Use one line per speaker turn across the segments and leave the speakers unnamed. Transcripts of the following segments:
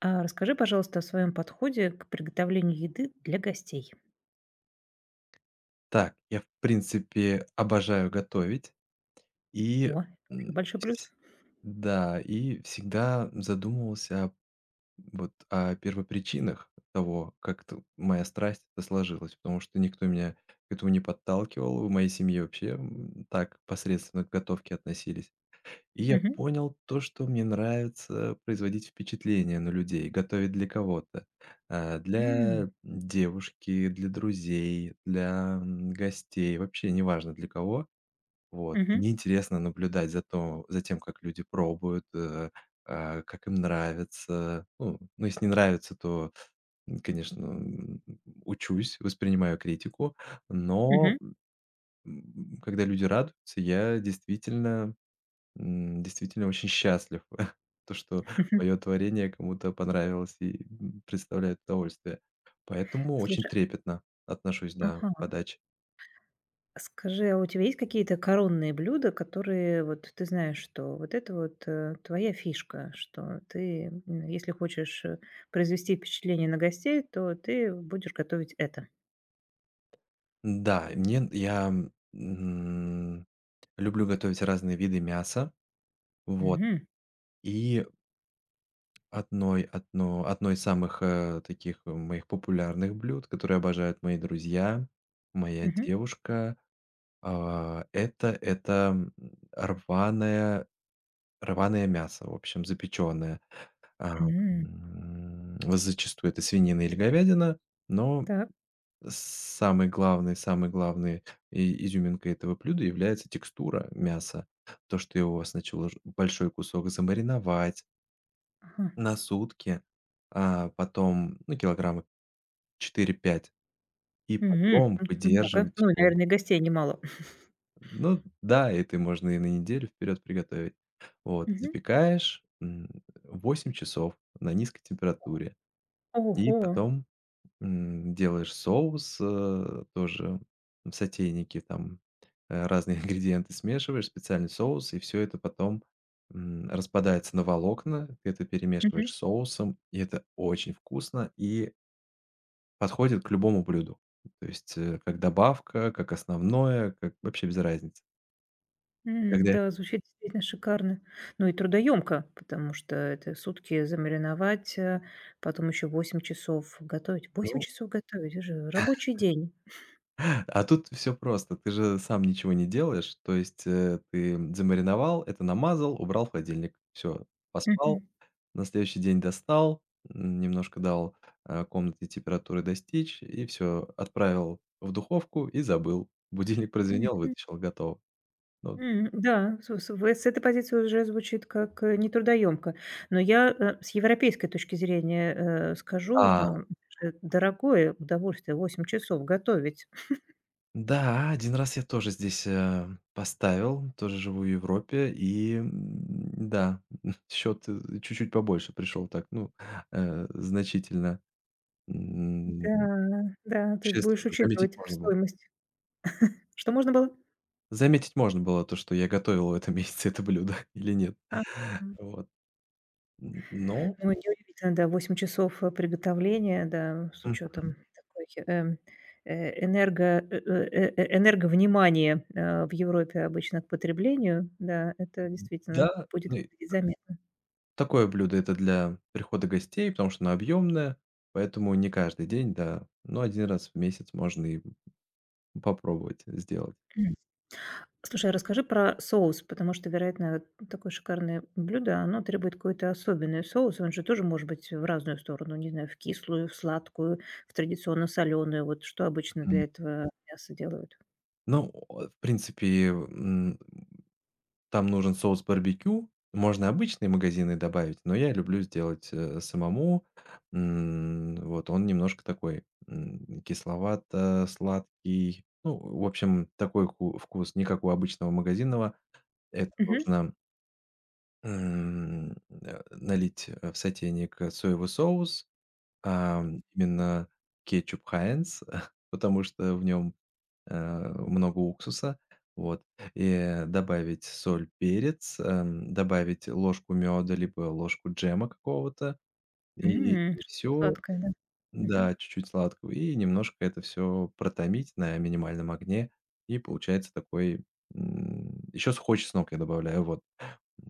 А расскажи, пожалуйста, о своем подходе к приготовлению еды для гостей.
Так, я, в принципе, обожаю готовить и,
О, это
м,
уже большой плюс.
вс да, и всегда задумывался о первопричинах того, как т моя страсть эта сложилась, потому что никто меня к этому не подталкивал. В моей семье вообще, так посредственно к готовке относились. И я
Мгм.
понял то, что мне нравится производить впечатление на людей, готовить для кого-то.
М,
Для девушки, для друзей, для, гостей, вообще неважно для кого. Вот. И мне
мгм,
интересно наблюдать за тем, как люди пробуют, как им нравится. Ну, если не нравится, то, конечно, учусь, воспринимаю критику, но,
мгм.
когда люди радуются, я действительно очень счастлив, то, что моё творение кому-то понравилось и, представляет удовольствие. Поэтому очень
Слушай,
трепетно отношусь, да, к
ага.
подаче.
Скажи, а у тебя есть какие-то коронные блюда, которые вот ты знаешь, что вот это вот твоя фишка, что ты, если хочешь произвести впечатление на гостей, то ты будешь готовить это.
Да, мне я, м, люблю готовить разные виды мяса. Вот.
Мгм,
И одно из самых, таких моих популярных блюд, которые обожают мои друзья, моя
мгм,
девушка, а, это, м, рваная Рваное мясо, в общем, запечённое. А,
м.
Зачастую это свинина или говядина, но
Так,
самый главный и изюминкой этого блюда является текстура мяса. То, что его сначала ж большой кусок замариновать
ага.
на сутки, а потом, ну, килограмма четыре-пять, и
Мгм.
потом
Много.
выдерживать
Ну, и,
его.
наверное, и гостей немало.
Ну да, и ты можно и на неделю вперед приготовить. Вот,
Мгм.
запекаешь, 8 часов на низкой температуре. И
Ого.
потом, делаешь соус, тоже в сотейнике там, разные ингредиенты смешиваешь, специальный соус, и все это потом, распадается на волокна. Ты это перемешиваешь
Мгм.
с соусом, и это очень вкусно и подходит к любому блюду. То есть, как добавка, как основное, как вообще без разницы.
М,
Когда
да, звучит действительно шикарно. Ну и трудоемко, потому что это сутки замариновать, потом еще 8 часов готовить. Восемь
ну
часов готовить — это же рабочий день.
А тут все просто. Ты же сам ничего не делаешь. То есть, ты замариновал, это намазал, убрал в холодильник, все, поспал,
Мгм.
на следующий день достал, немножко дал, комнатной температуры достичь, и все отправил в духовку и забыл. Будильник прозвенел,
Мгм.
вытащил, готово. Ну
Да, с в с этой позиции уже звучит как, не трудоёмко. Но я, с европейской точки зрения, скажу,
а,
это дорогое удовольствие — 8 часов готовить.
да, один раз я тоже здесь, поставил, тоже живу в Европе, и, да, счет, чуть-чуть побольше пришел так, ну, значительно. М,
Да, да, то есть будешь
Существенно, заметить
учитывать
можно было.
стоимость. Что можно было?
Заметить можно было то, что я готовил в этом месяце это блюдо или нет.
А.
Вот. Н но
Ну, неудивительно, да, 8 часов, приготовления, да, с учетом такой, э, энерго энерговнимания, в Европе обычно к потреблению. Да, это
Мгм,
действительно
да,
будет
ну и
выглядеть заметно.
такое блюдо — это для прихода гостей, потому что оно объемное, поэтому не каждый день, да, но один раз в месяц можно и попробовать сделать.
Слушай, а расскажи про соус, потому что, вероятно, вот такое шикарное блюдо оно требует какой-то особенный соус. Он же тоже может быть в разную сторону, не знаю, в кислую, в сладкую, в традиционно соленую. Вот что обычно
Мгм.
для этого мяса делают?
Ну, о в принципе, там нужен соус барбекю. Можно обычные магазины добавить, но я люблю сделать, самому. Вот он немножко такой, кисловато-сладкий. Ну, в общем, такой ку вкус, не как у обычного магазинного. Это
Мгм.
нужно, налить, в сотейник, соевый соус, именно кетчуп Хайнс, потому что в нем много уксуса, вот, и добавить соль, перец, добавить ложку меда либо ложку джема какого-то, и
Что-то
все,
сладкое, да. Мгм.
да, чуть-чуть сладкого, и немножко это все протомить на минимальном огне, и получается такой. Еще ещё сухой чеснок я добавляю, вот,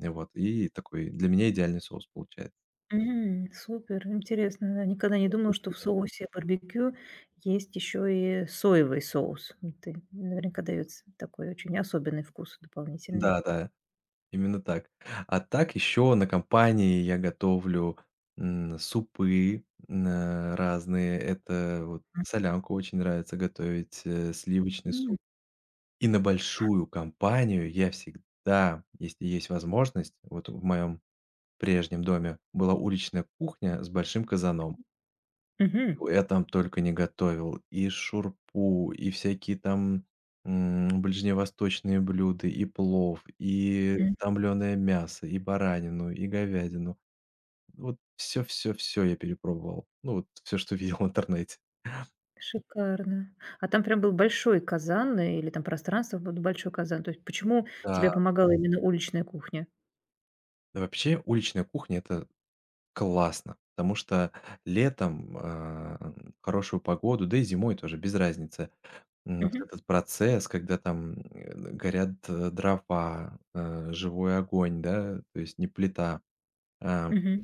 и вот, и такой для меня идеальный соус получается
Супер, интересно, да. Никогда не
для
думала,
этого
что в
блюда.
соусе барбекю есть еще и соевый соус. Это наверняка даётся такой очень особенный вкус дополнительный.
Да-да. Именно так. А так еще на компании я готовлю, супы, разные. Это вот солянку очень нравится готовить, сливочный
Мгм.
суп. И на большую компанию я всегда, если есть возможность, вот в моем прежнем доме была уличная кухня с большим казаном.
Мгм.
Я там только не готовил. И шурпу, и всякие там, ближневосточные блюда, и плов, и
М.
томленое мясо, и баранину, и говядину. Вот все, все, все я перепробовал. Ну, вот все, что видел в интернете.
Шикарно. А там прям был большой казан, или там пространство под большой казан? То есть почему тебе
Да,
помогала именно уличная кухня?
да вообще уличная кухня — это классно, потому что летом, хорошую погоду, да и зимой тоже, без разницы. Но вот
Мгм.
этот процесс, когда там, горят, дрова, живой огонь, да, то есть не плита, все
Мгм.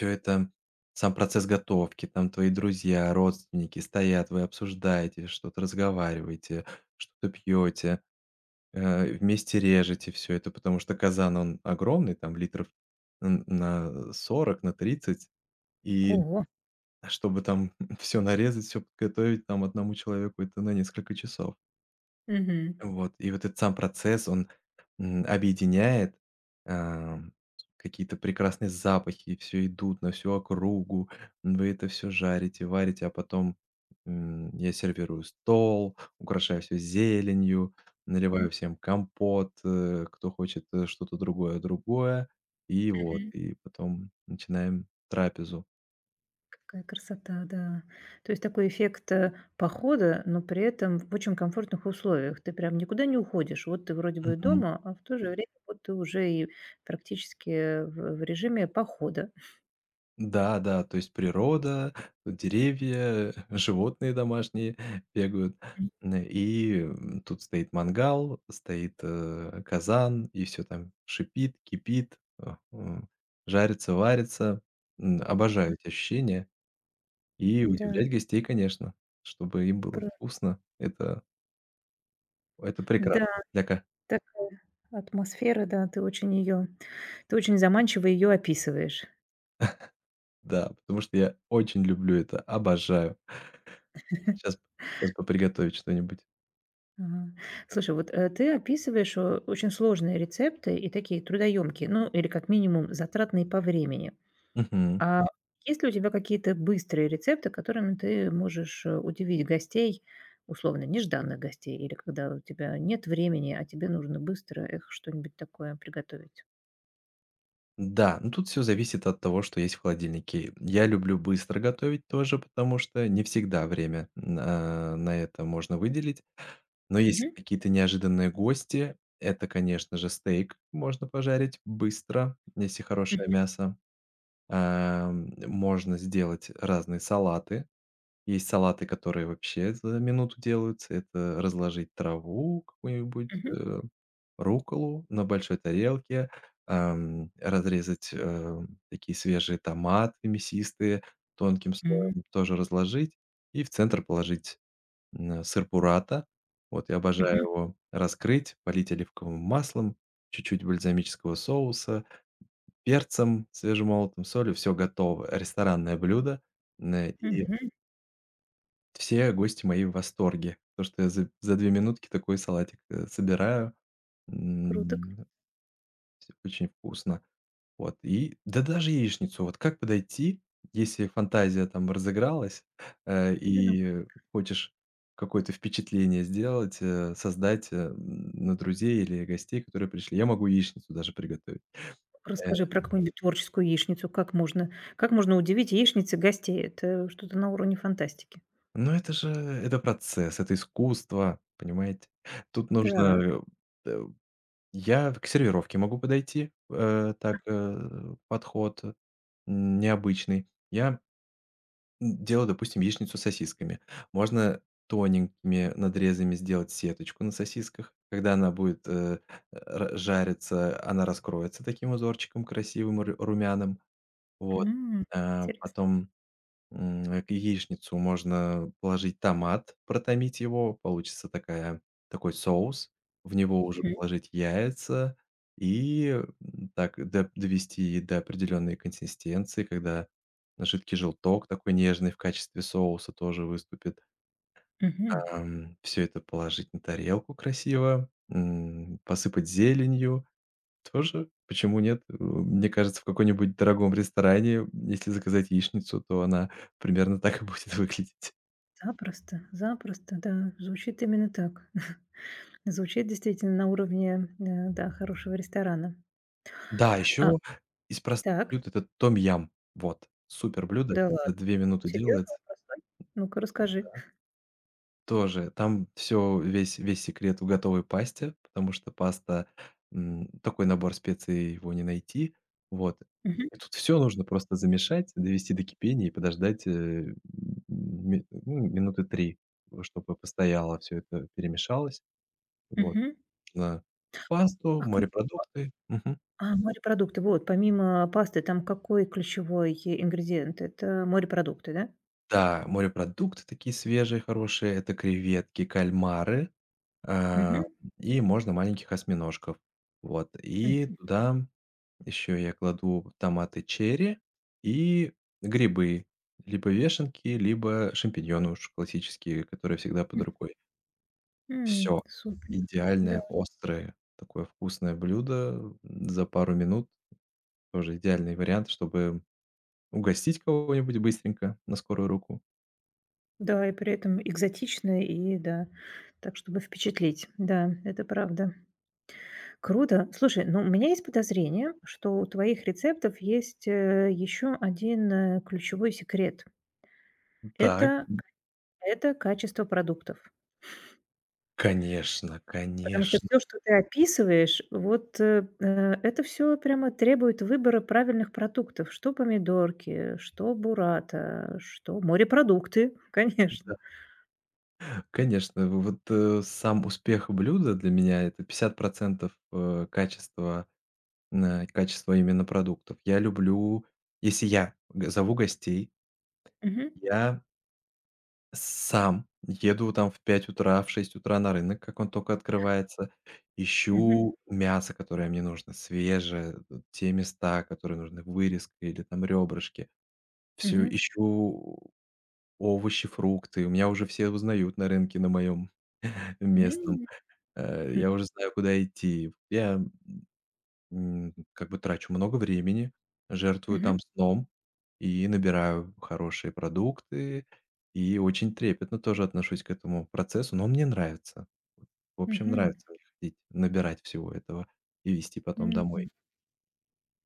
это, сам процесс готовки, там твои друзья, родственники стоят, вы обсуждаете, что-то разговариваете, что-то пьете, вместе режете все это, потому что казан, он огромный, там литров н на 40, на 30, и
Ого.
чтобы там все нарезать, все подготовить, там одному человеку это на несколько часов.
Мгм.
Вот, и вот этот сам процесс, он, объединяет, ам, какие-то прекрасные запахи, все идут на всю округу, вы это все жарите, варите, а потом, я сервирую стол, украшаю все зеленью, наливаю всем компот, кто хочет, что-то другое, и вот,
Мгм.
и потом начинаем трапезу.
Какая красота, да. То есть такой эффект, похода, но при этом в очень комфортных условиях. Ты прям никуда не уходишь. Вот ты вроде бы и дома, а в то же время вот ты уже и практически в режиме похода.
Да, да, то есть природа, деревья, животные домашние бегают.
Мгм.
Н и, м, тут стоит мангал, стоит, казан, и все там шипит, кипит, жарится, варится. Обожаю эти ощущения. И
Да,
удивлять гостей, конечно, чтобы им
пр
было вкусно. Это
да,
прекрасно. Для ка
такая атмосфера, да, ты очень заманчиво ее описываешь.
Да, потому что я очень люблю это, обожаю. Сейчас сейчас бы приготовить что-нибудь.
Ага. Слушай, вот, ты описываешь, очень сложные рецепты и такие трудоемкие, ну, или как минимум затратные по времени.
Мгм.
А есть ли у тебя какие-то быстрые рецепты, которыми ты можешь, удивить гостей, условно, нежданных гостей, или когда у тебя нет времени, а тебе нужно быстро их что-нибудь такое приготовить?
Да, ну тут все зависит от того, что есть в холодильнике. Я люблю быстро готовить тоже, потому что не всегда время на это можно выделить. Но если
Мгм.
какие-то неожиданные гости, это, конечно же, стейк можно пожарить быстро, если
Мгм.
хорошее мясо. Можно сделать разные салаты. Есть салаты, которые вообще за минуту делаются. Это разложить траву какую-нибудь,
Мгм.
рукколу на большой тарелке, разрезать, такие свежие томаты мясистые, тонким слоем тоже разложить и в центр положить, сыр бурата. Вот я обожаю
Мгм.
его. Раскрыть, полить оливковым маслом, чуть-чуть бальзамического соуса, перцем свежемолотым, солью. Все готово. Ресторанное блюдо. Н и
Мгм.
все гости мои в восторге, то, что я за 2 минутки такой салатик, собираю.
Круто, круто.
М, Всё очень вкусно. Вот, и да даже яичницу. Вот как подойти, если фантазия там разыгралась,
Ну-ка,
и хочешь какое-то впечатление создать, на друзей или гостей, которые пришли. Я могу яичницу даже приготовить. Э,
расскажи про какую-нибудь творческую яичницу. Как можно удивить яичницей гостей? Это что-то на уровне фантастики.
но это же это процесс, это искусство, понимаете? Тут
Так.
нужно, э, Я к сервировке могу подойти, так, подход, необычный. Я, делаю, допустим, яичницу с сосисками. Можно тоненькими надрезами сделать сеточку на сосисках. Когда она будет, э, ра жариться, она раскроется таким узорчиком красивым, ру румяным. Вот.
Мгм. Интересно.
Потом к яичницу можно положить томат, протомить его, получится такая такой соус. В него уже
Мгм.
положить яйца и, так до довести до определенной консистенции, когда жидкий желток такой нежный в качестве соуса тоже выступит.
Мгм.
Все это положить на тарелку красиво, посыпать зеленью. Тоже? Почему нет? Мне кажется, в каком-нибудь дорогом ресторане, если заказать яичницу, то она примерно так и будет выглядеть.
Запросто, запросто, да. Звучит именно так. Звучит действительно на уровне, да, хорошего ресторана.
Да,
А,
еще из простых
так,
блюд — это том-ям. Вот, супер блюдо,
да
за
ладно,
2 минуты
серьезно,
делается.
он простой? Ну-ка, расскажи.
Тоже. Там все весь весь секрет в готовой пасте, потому что паста, такой набор специй, его не найти. Вот.
Мгм,
И тут все нужно просто замешать, довести до кипения и подождать, э, м, ми ну, минуты три, чтобы постояло все это, перемешалось. Вот.
мгм.
На пасту,
А кру
морепродукты. Мгм.
А, морепродукты. Вот, помимо пасты, там какой ключевой ингредиент? Это морепродукты, да?
Да, морепродукты такие свежие, хорошие. Это креветки, кальмары, а,
Мгм,
и можно маленьких осьминожков. Вот. И
мгм.
туда Еще я кладу томаты черри и грибы. Либо вешенки, либо шампиньоны уж классические, которые всегда под рукой. Все
Супер. Да,
Идеальное, острое, такое вкусное блюдо за пару минут. Тоже идеальный вариант, чтобы угостить кого-нибудь быстренько на скорую руку.
да, и при этом экзотично, и да, так, чтобы впечатлить. Да, это правда. Круто. Слушай, ну, у меня есть подозрение, что у твоих рецептов есть, еще один ключевой секрет.
Так,
Это это качество продуктов.
конечно,
Потому что
конечно,
все, что ты описываешь, вот, это все прямо требует выбора правильных продуктов: что помидорки, что бурата, что морепродукты, конечно.
да, конечно. В Вот, сам успех блюда для меня — это 50 качества. На качество именно продуктов. Я люблю, если я г зову гостей,
Мгм.
я сам еду там в 5 утра, в 6 утра на рынок, как он только открывается,
Мгм.
ищу мясо, которое мне нужно, свежее, те места, которые нужны, вырезка или там ребрышки. Все
Мгм.
ищу овощи, фрукты. У меня уже все узнают на рынке на моем местном.
М. Хм.
Я уже знаю, куда идти. Я как бы трачу много времени, жертвую
Мгм.
там сном и набираю хорошие продукты. И очень трепетно тоже отношусь к этому процессу, но мне нравится. В общем,
Мгм.
нравится мне ходить, набирать всего этого и вести потом домой.
Мгм.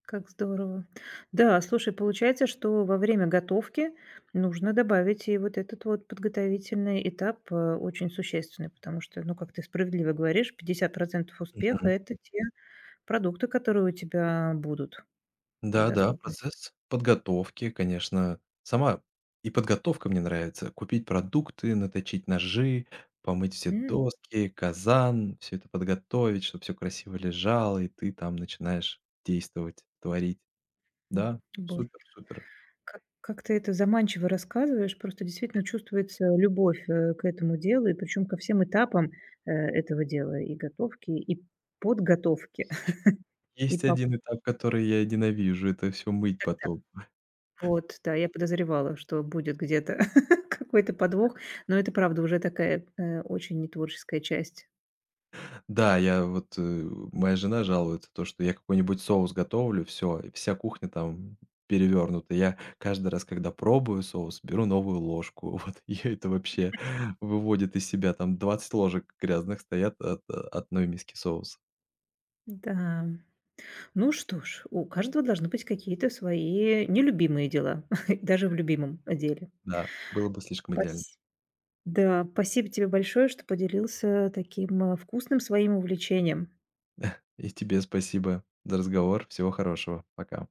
Как здорово. Да, слушай, получается, что во время готовки нужно добавить и вот этот вот подготовительный этап, очень существенный, потому что, ну, как ты справедливо говоришь, 50 успеха — это те продукты, которые у тебя будут в
Да-да,
доступности.
процесс подготовки, конечно. Сама и подготовка мне нравится. Купить продукты, наточить ножи, помыть все
М,
доски, казан, все это подготовить, чтобы все красиво лежало, и ты там начинаешь действовать, творить.
м,
Да,
Боже,
супер, супер.
как ты это заманчиво рассказываешь. Просто действительно чувствуется любовь, к этому делу, и причем ко всем этапам, этого дела: и готовки, и подготовки, и
Есть
по
один этап, который я ненавижу — это все мыть потом.
Вот, да, я подозревала, что будет где-то какой-то подвох, но это, правда, уже такая, очень нетворческая часть.
Да, моя жена жалуется, то, что я какой-нибудь соус готовлю, все, вся кухня там перевернута. Я каждый раз, когда пробую соус, беру новую ложку. Вот ее это вообще выводит из себя. Там 20 ложек грязных стоят от одной миски соуса.
Да. Ну что ж, у каждого должны быть какие-то свои нелюбимые дела, даже в любимом деле.
Да, было бы слишком идеально.
Пась Да, спасибо тебе большое, что поделился таким, вкусным своим увлечением.
И тебе спасибо за разговор. Всего хорошего. Пока.